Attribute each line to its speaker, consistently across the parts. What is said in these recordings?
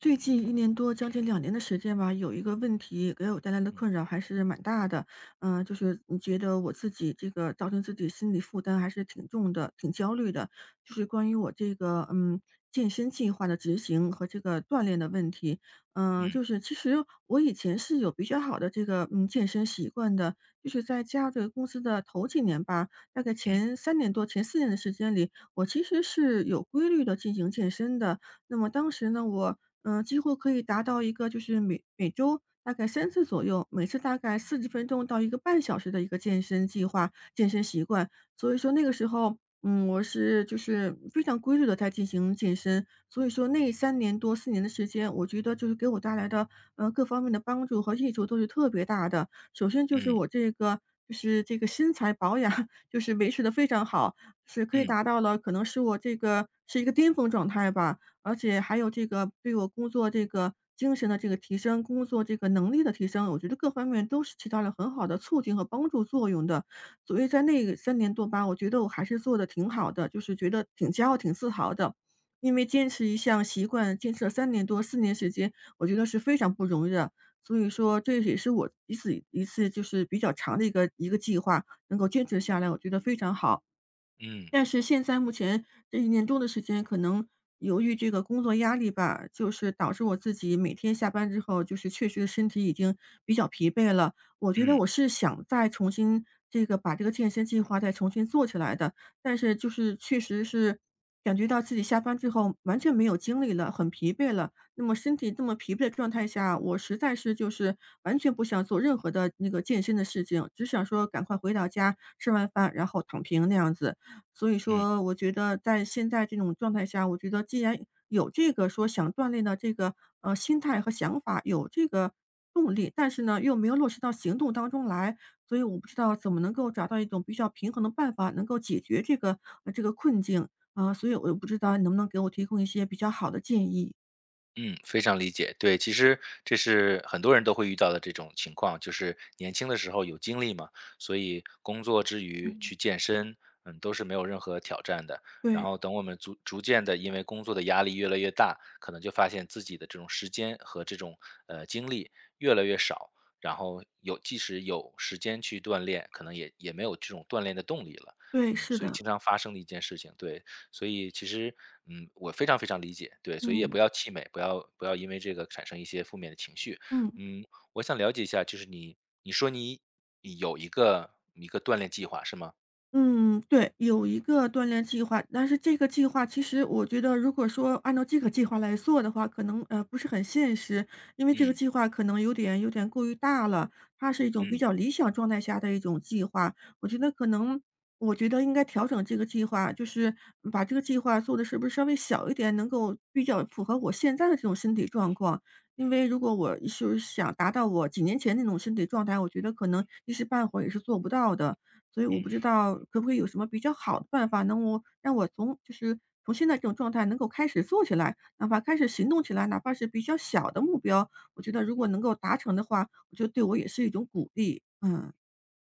Speaker 1: 最近1年多，将近两年的时间吧，有一个问题给我带来的
Speaker 2: 嗯
Speaker 1: 困扰还是蛮大的。就是你觉得我自己这个造成自己心理负担还是挺重的，挺焦虑的。就是关于我这个，健身计划的执行和这个锻炼的问题。
Speaker 2: 嗯
Speaker 1: 就是其实我以前是有比较好的这个，健身习惯的，就是在家这个公司的头几年吧，大概
Speaker 2: 嗯
Speaker 1: 前3年多、前4年的时间里，我其实是有规律的进行健身的。那么当时呢，我，几乎可以达到一个就是每周大概3次左右，每次大概40分钟到一个半小时的一个健身计划、健身习惯。所以说那个时候，我是就是非常规律的在进行健身，所以说那三年多、四年的时间，我觉得就是给我带来的，各方面的帮助和益处都是特别大的。首先就是
Speaker 2: 嗯
Speaker 1: 我这个就是这个身材保养 就是维持的非常好，是可以
Speaker 2: 嗯
Speaker 1: 达到了可能是我这个是一个巅峰状态吧。而且还有这个对我工作这个精神的这个提升，工作这个能力的提升，我觉得各方面都是起到了很好的促进和帮助作用的。所以在那个三年多吧，我觉得我还是做的挺好的，就是觉得挺骄傲、挺自豪的。因为坚持一项习惯，坚持了三年多、四年时间，我觉得是非常不容易的。所以说这也是我一次一次就是比较长的一个一个计划，能够坚持下来，我觉得非常好。
Speaker 2: 嗯
Speaker 1: 但是现在目前这一年多的时间，可能由于这个工作压力吧，就是导致我自己每天下班之后，就是确实身体已经比较疲惫了。我觉得
Speaker 2: 嗯
Speaker 1: 我是想再重新这个把这个健身计划再重新做起来的，但是就是确实是感觉到自己下班之后完全没有精力了，很疲惫了。那么身体这么疲惫的状态下，我实在是就是完全不想做任何的那个健身的事情，只想说赶快回到家，吃完饭，然后躺平那样子。所以
Speaker 2: 嗯
Speaker 1: 说我觉得在现在这种状态下，我觉得既然有这个说想锻炼的这个，心态和想法，有这个动力，但是呢，又没有落实到行动当中来，所以我不知道怎么能够找到一种比较平衡的办法，能够解决这个困境。啊，所以我也不知道你能不能给我提供一些比较好的建议。
Speaker 2: 嗯，非常理解。对，其实这是很多人都会遇到的这种情况，就是年轻的时候有精力嘛，所以工作之余
Speaker 1: 嗯。
Speaker 2: 去健身，都是没有任何挑战的。然
Speaker 1: 对，
Speaker 2: 后等我们逐渐的因为工作的压力越来越大，可能就发现自己的这种时间和这种精力越来越少，然后即使有时间去锻炼，可能也没有这种锻炼的动力了。
Speaker 1: 对，
Speaker 2: 嗯，
Speaker 1: 是
Speaker 2: 所以
Speaker 1: 的，
Speaker 2: 经常发生的一件事情，对，所以其实，我非常非常理解，对，所以也
Speaker 1: 嗯，
Speaker 2: 不要气馁，不要因为这个产生一些负面的情绪。
Speaker 1: 嗯。
Speaker 2: 嗯，我想了解一下，就是你说你有一个锻炼计划是吗？
Speaker 1: 嗯，对，有一个锻炼计划，但是这个计划其实我觉得，如果说按照这个计划来做的话，可能不是很现实，因为这个
Speaker 2: 嗯
Speaker 1: 计划可能有点过于大了，它是一种比
Speaker 2: 嗯
Speaker 1: 较理想状态下的一种计划。我觉得可能，我觉得应该调整这个计划，就是把这个计划做的是不是稍微小一点，能够比较符合我现在的这种身体状况。因为如果我是想达到我几年前那种身体状态，我觉得可能一时半会儿也是做不到的。所以我不知
Speaker 2: 嗯。
Speaker 1: 道可不可以有什么比较好的办法，让我从现在这种状态能够开始做起来，哪怕开始行动起来，哪怕是比较小的目标，我觉得如果能够达成的话，我觉得对我也是一种鼓励。嗯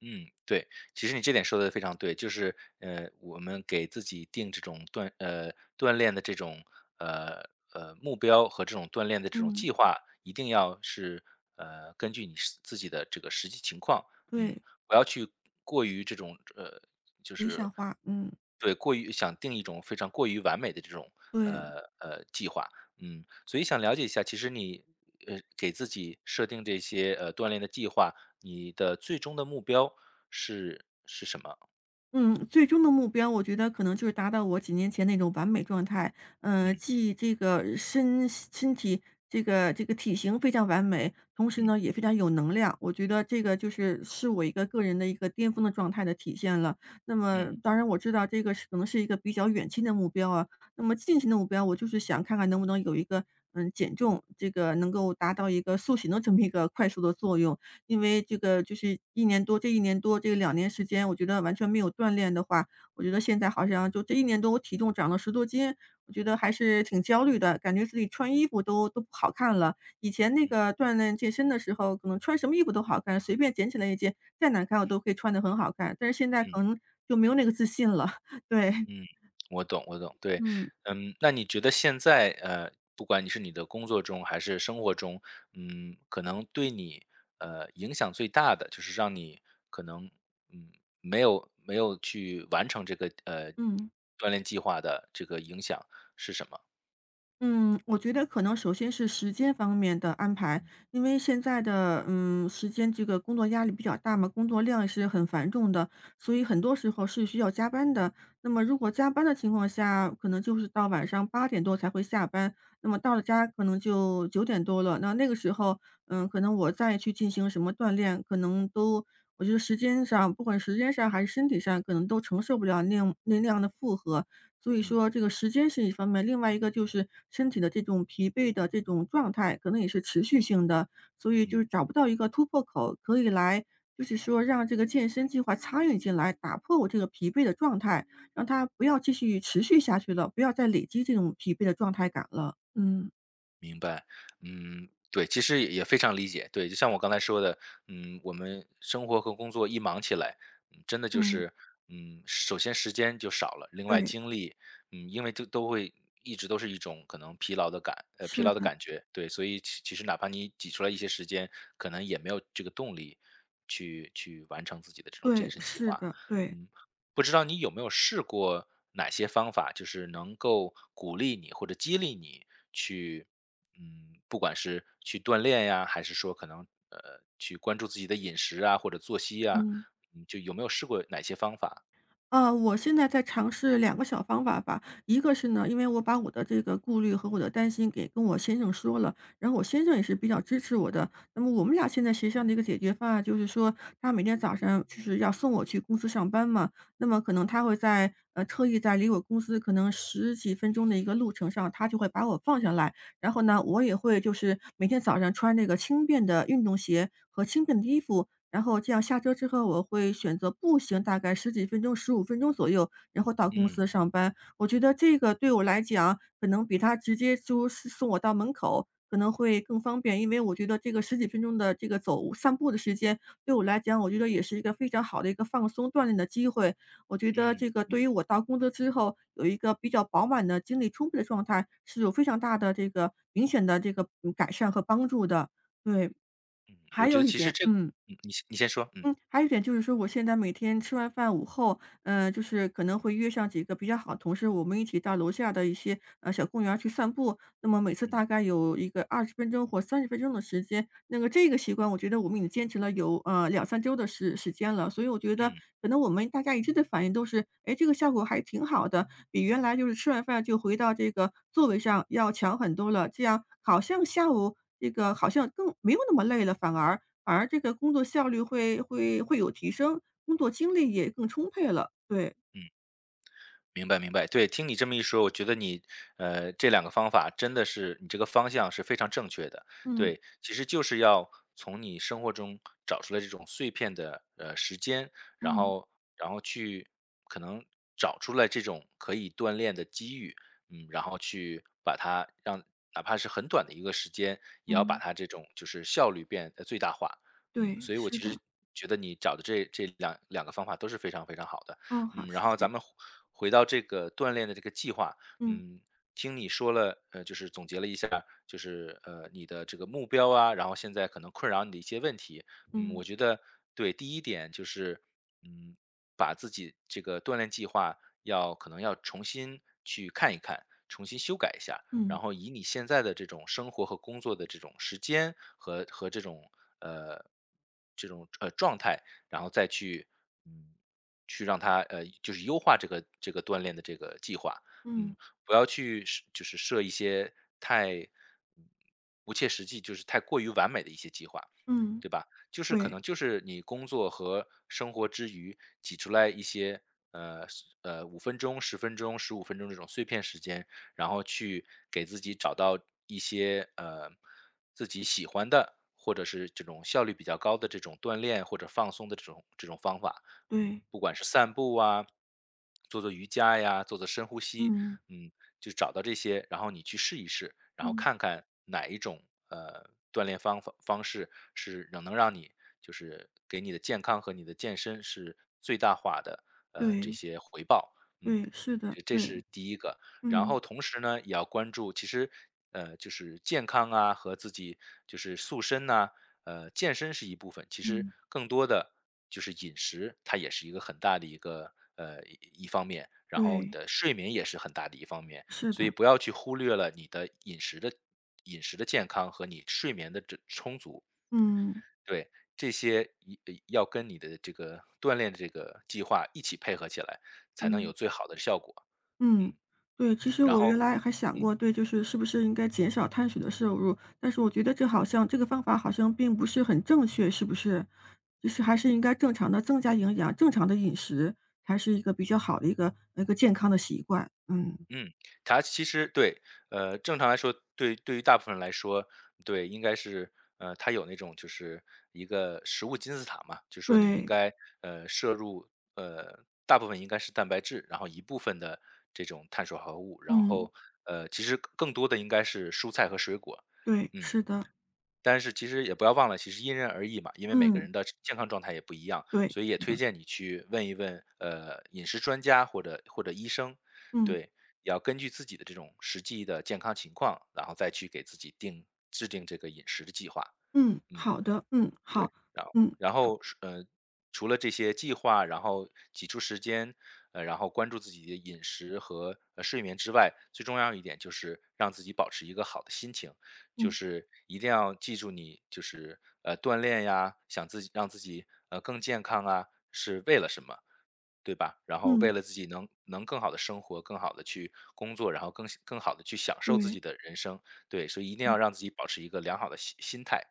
Speaker 2: 嗯，对，其实你这点说的非常对，就是，我们给自己定这种锻炼的这种，呃，目标和这种锻炼的这种
Speaker 1: 嗯，
Speaker 2: 计划，一定要是，根据你自己的这个实际情况，嗯，
Speaker 1: 对，
Speaker 2: 不要去过于这种，就
Speaker 1: 理
Speaker 2: 是
Speaker 1: 想化，嗯，
Speaker 2: 对，过于想定一种非常过于完美的这种，
Speaker 1: 对。
Speaker 2: 计划，嗯，所以想了解一下，其实你，给自己设定这些，锻炼的计划，你的最终的目标是什么？
Speaker 1: 嗯，最终的目标我觉得可能就是达到我几年前那种完美状态，嗯，
Speaker 2: 嗯
Speaker 1: 既这个身体这个体型非常完美，同时
Speaker 2: 嗯
Speaker 1: 呢也非常有能量。我觉得这个就是我一个个人的一个巅峰的状态的体现了。那么
Speaker 2: 嗯
Speaker 1: 当然我知道这个是可能是一个比较远期的目标啊，那么近期的目标我就是想看看能不能有一个减重，这个能够达到一个塑形的这么一个快速的作用。因为这个就是一年多这一年多，这两年时间，我觉得完全没有锻炼的话，我觉得现在好像就这一年多我体重长了10多斤，我觉得还是挺焦虑的，感觉自己穿衣服都不好看了。以前那
Speaker 2: 嗯
Speaker 1: 个锻炼健身的时候，可能穿什么衣服都好看，随便捡起来一件，再难看我都可以穿得很好看，但是现在可能就没有那个自信了，对，
Speaker 2: 嗯，我懂我懂，对。
Speaker 1: 嗯，
Speaker 2: 嗯，那你觉得现在，不管你是你的工作中还是生活中，嗯，可能对你，影响最大的就是让你可能，嗯，没有去完成这个，
Speaker 1: 嗯。
Speaker 2: 锻炼计划的这个影响是什么？
Speaker 1: 嗯，我觉得可能首先是时间方面的安排，因为现在的时间这个工作压力比较大嘛，工作量也是很繁重的，所以很
Speaker 2: 嗯
Speaker 1: 多时候是需要加班的。那么如果加班的情况下，可能就是到晚上8点多才会下班，那么到了家可能就9点多了。那个时候，可能我再去进行什么锻炼，可能都我觉得时间上，不管时间上还是身体上，可能都承受不了那样的负荷。所以
Speaker 2: 嗯
Speaker 1: 说这个时间是一方面，另外一个就是身体的这种疲惫的这种状态，可能也是持续性的，所以就
Speaker 2: 嗯。
Speaker 1: 是找不到一个突破口，可以来就是说让这个健身计划参与进来，打破我这个疲惫的状态，让它不要继续持续下去了，不要再累积这种疲惫的状态感了。嗯，
Speaker 2: 明白，嗯，对，其实也非常理解。对，就像我刚才说的，嗯，我们生活和工作一忙起来，嗯，真的就
Speaker 1: 嗯，
Speaker 2: 是，嗯，首先时间就少了，另外
Speaker 1: 对，
Speaker 2: 精力，嗯，因为都会一直都是一种可能疲
Speaker 1: 是
Speaker 2: 劳的
Speaker 1: 的，
Speaker 2: 感觉。对，所以其其实哪怕你挤出来一些时间，可能也没有这个动力去完成自己的这种健
Speaker 1: 对，
Speaker 2: 身计
Speaker 1: 是
Speaker 2: 划。
Speaker 1: 的，对，
Speaker 2: 嗯，不知道你有没有试过哪些方法，就是能够鼓励你或者激励你去不管是去锻炼呀，还是说可能去关注自己的饮食啊，或者作息啊，
Speaker 1: 嗯。
Speaker 2: 嗯，就有没有试过哪些方法？
Speaker 1: 啊，我现在在尝试两个小方法吧。一个是呢，因为我把我的这个顾虑和我的担心给跟我先生说了，然后我先生也是比较支持我的。那么我们俩现在协商的一个解决方案就是说，他每天早上就是要送我去公司上班嘛，那么可能他会在特意在离我公司可能十几分钟的一个路程上，他就会把我放下来。然后呢，我也会就是每天早上穿那个轻便的运动鞋和轻便的衣服，然后这样下车之后，我会选择步行大概十几分钟、15分钟左右，然后到公
Speaker 2: 嗯
Speaker 1: 司上班。我觉得这个对我来讲，可能比他直接就是送我到门口可能会更方便。因为我觉得这个十几分钟的这个走散步的时间，对我来讲，我觉得也是一个非常好的一个放松锻炼的机会。我觉得这
Speaker 2: 嗯
Speaker 1: 个对于我到工作之后，有一个比较饱满的精力充沛的状态，是有非常大的这个明显的这个，改善和帮助的。对，
Speaker 2: 嗯，我
Speaker 1: 还
Speaker 2: 觉得
Speaker 1: 有一
Speaker 2: 其实
Speaker 1: 点
Speaker 2: 这个，
Speaker 1: 嗯，
Speaker 2: 嗯，你先说，
Speaker 1: 嗯，还有一点就是说，我现在每天吃完饭午后，就是可能会约上几个比较好的同事，我们一起到楼下的一些小公园儿去散步。那么每次大
Speaker 2: 嗯
Speaker 1: 概有一个20分钟或30分钟的时间。那个这个习惯，我觉得我们已经坚持了有两三周的时间了。所以我觉得，
Speaker 2: 嗯。
Speaker 1: 可能我们大家一致的反应都是，哎，这个效果还挺好的，比原来就是吃完饭就回到这个座位上要强很多了。这样好像下午这个好像更没有那么累了，反而。而这个工作效率会有提升，工作精力也更充沛了。对，
Speaker 2: 明白明白，对，听你这么一说，我觉得你这两个方法真的是你这个方向是非常正确的。
Speaker 1: 嗯
Speaker 2: 对，其实就是要从你生活中找出来这种碎片的时间，然
Speaker 1: 嗯
Speaker 2: 后然后去可能找出来这种可以锻炼的机遇，嗯，然后去把它让哪怕是很短的一个时间，也要把
Speaker 1: 嗯，
Speaker 2: 它这种就是效率变得最大化。嗯，
Speaker 1: 对，
Speaker 2: 所以我
Speaker 1: 是
Speaker 2: 其
Speaker 1: 的。
Speaker 2: 实觉得你找的这两个方法都是非常非常好的。
Speaker 1: 嗯，好，
Speaker 2: 嗯，然
Speaker 1: 谢
Speaker 2: 后咱
Speaker 1: 谢。
Speaker 2: 们回到这个锻炼的这个计划，
Speaker 1: 嗯
Speaker 2: 嗯，听你说了，就是总结了一下，就是你的这个目标啊，然后现在可能困扰你的一些问题，嗯，
Speaker 1: 嗯
Speaker 2: 我觉得对，第一点就是，嗯，把自己这个锻炼计划要可能要重新去看一看，重新修改一下，
Speaker 1: 嗯
Speaker 2: 然后以你现在的这种生活和工作的这种时间和这种呃这种状态，然后再去嗯去让他就是优化这个这个锻炼的这个计划。
Speaker 1: 嗯
Speaker 2: 嗯，不要去设就是设一些太嗯不切实际，就是太过于完美的一些计划，
Speaker 1: 嗯，
Speaker 2: 对吧？就是可
Speaker 1: 对
Speaker 2: 能就是你工作和生活之余挤出来一些五分钟、十分钟、十五分钟这种碎片时间，然后去给自己找到一些自己喜欢的，或者是这种效率比较高的这种锻炼或者放松的这种这种方法。嗯，
Speaker 1: 对，
Speaker 2: 不管是散步啊，做做瑜伽呀，做做深呼吸，
Speaker 1: 嗯
Speaker 2: 嗯，就找到这些，然后你去试一试，然后
Speaker 1: 嗯，
Speaker 2: 看看哪一种呃锻炼方式是能让你就是给你的健康和你的健身是最大化的这
Speaker 1: 对
Speaker 2: 些回报，嗯，
Speaker 1: 对，是
Speaker 2: 我
Speaker 1: 的，
Speaker 2: 觉得这
Speaker 1: 对，
Speaker 2: 是第一个。然
Speaker 1: 嗯
Speaker 2: 后同时呢，也要关注，其实，就是健康啊和自己就是塑身呐、健身是一部分，其实
Speaker 1: 嗯，
Speaker 2: 更多的就是饮食，它也是一个很大的一个一方面，然后你
Speaker 1: 对，
Speaker 2: 的睡眠也是很大的一方面，
Speaker 1: 是
Speaker 2: 所以
Speaker 1: 的，
Speaker 2: 不要去忽略了你的饮食的饮食的健康和你睡眠的这充足，
Speaker 1: 嗯，
Speaker 2: 对这些要跟你的这个锻炼的这个计划一起配合起来，才能
Speaker 1: 嗯。
Speaker 2: 有最好的效果。
Speaker 1: 嗯，
Speaker 2: 嗯，
Speaker 1: 对，其实
Speaker 2: 然
Speaker 1: 我原
Speaker 2: 后，
Speaker 1: 来还想
Speaker 2: 嗯。
Speaker 1: 过，对，就是是不是应该减少碳水的摄入，但是我觉得这好像这个方法好像并不是很正确，是不是？就是还是应该正常的增加营养，正常的饮食才是一个比较好的一个健康的习惯。嗯，
Speaker 2: 嗯，它其实对，正常来说，对于大部分人来说，对，应该是，它有那种就是一个食物金字塔嘛，就是说你应
Speaker 1: 对，
Speaker 2: 该，摄入，大部分应该是蛋白质，然后一部分的这种碳水化合物，然
Speaker 1: 嗯，
Speaker 2: 后，其实更多的应该是蔬菜和水果，
Speaker 1: 对，
Speaker 2: 嗯。
Speaker 1: 是的，
Speaker 2: 但是其实也不要忘了，其实因人而异嘛，因为每个
Speaker 1: 嗯，
Speaker 2: 人的健康状态也不一样，
Speaker 1: 对，
Speaker 2: 所以也
Speaker 1: 是
Speaker 2: 推
Speaker 1: 的，
Speaker 2: 荐你去问一问，饮食专家或者医生，
Speaker 1: 嗯
Speaker 2: 对，也要根据自己的这种实际的健康情况，然后再去给自己制定这个饮食的计划。
Speaker 1: 嗯，
Speaker 2: 嗯。
Speaker 1: 好的，嗯，
Speaker 2: 对，
Speaker 1: 好，
Speaker 2: 然后
Speaker 1: 嗯
Speaker 2: 然后是,除了这些计划，然后挤出时间，然后关注自己的饮食和睡眠之外，最重要一点就是让自己保持一个好的心情，就
Speaker 1: 嗯
Speaker 2: 是一定要记住你就是锻炼呀，想自己让自己更健康啊，是为了什么？对吧？然后
Speaker 1: 嗯，
Speaker 2: 为了自己能更好的生活，更好的去工作，然后更好的去享受自
Speaker 1: 对。
Speaker 2: 己的人生，对，所以一定
Speaker 1: 嗯
Speaker 2: 要让自己保持一个良好的心态。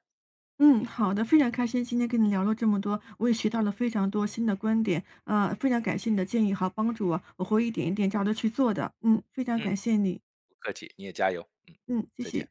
Speaker 1: 嗯，好的，非常开心今天跟你聊了这么多，我也学到了非常多新的观点，非常感谢你的建议和帮助我，我会一点一点照着去做的，嗯，非常
Speaker 2: 嗯。
Speaker 1: 感谢你，
Speaker 2: 不客气，你也加油，嗯，
Speaker 1: 嗯，谢
Speaker 2: 再见。
Speaker 1: 谢。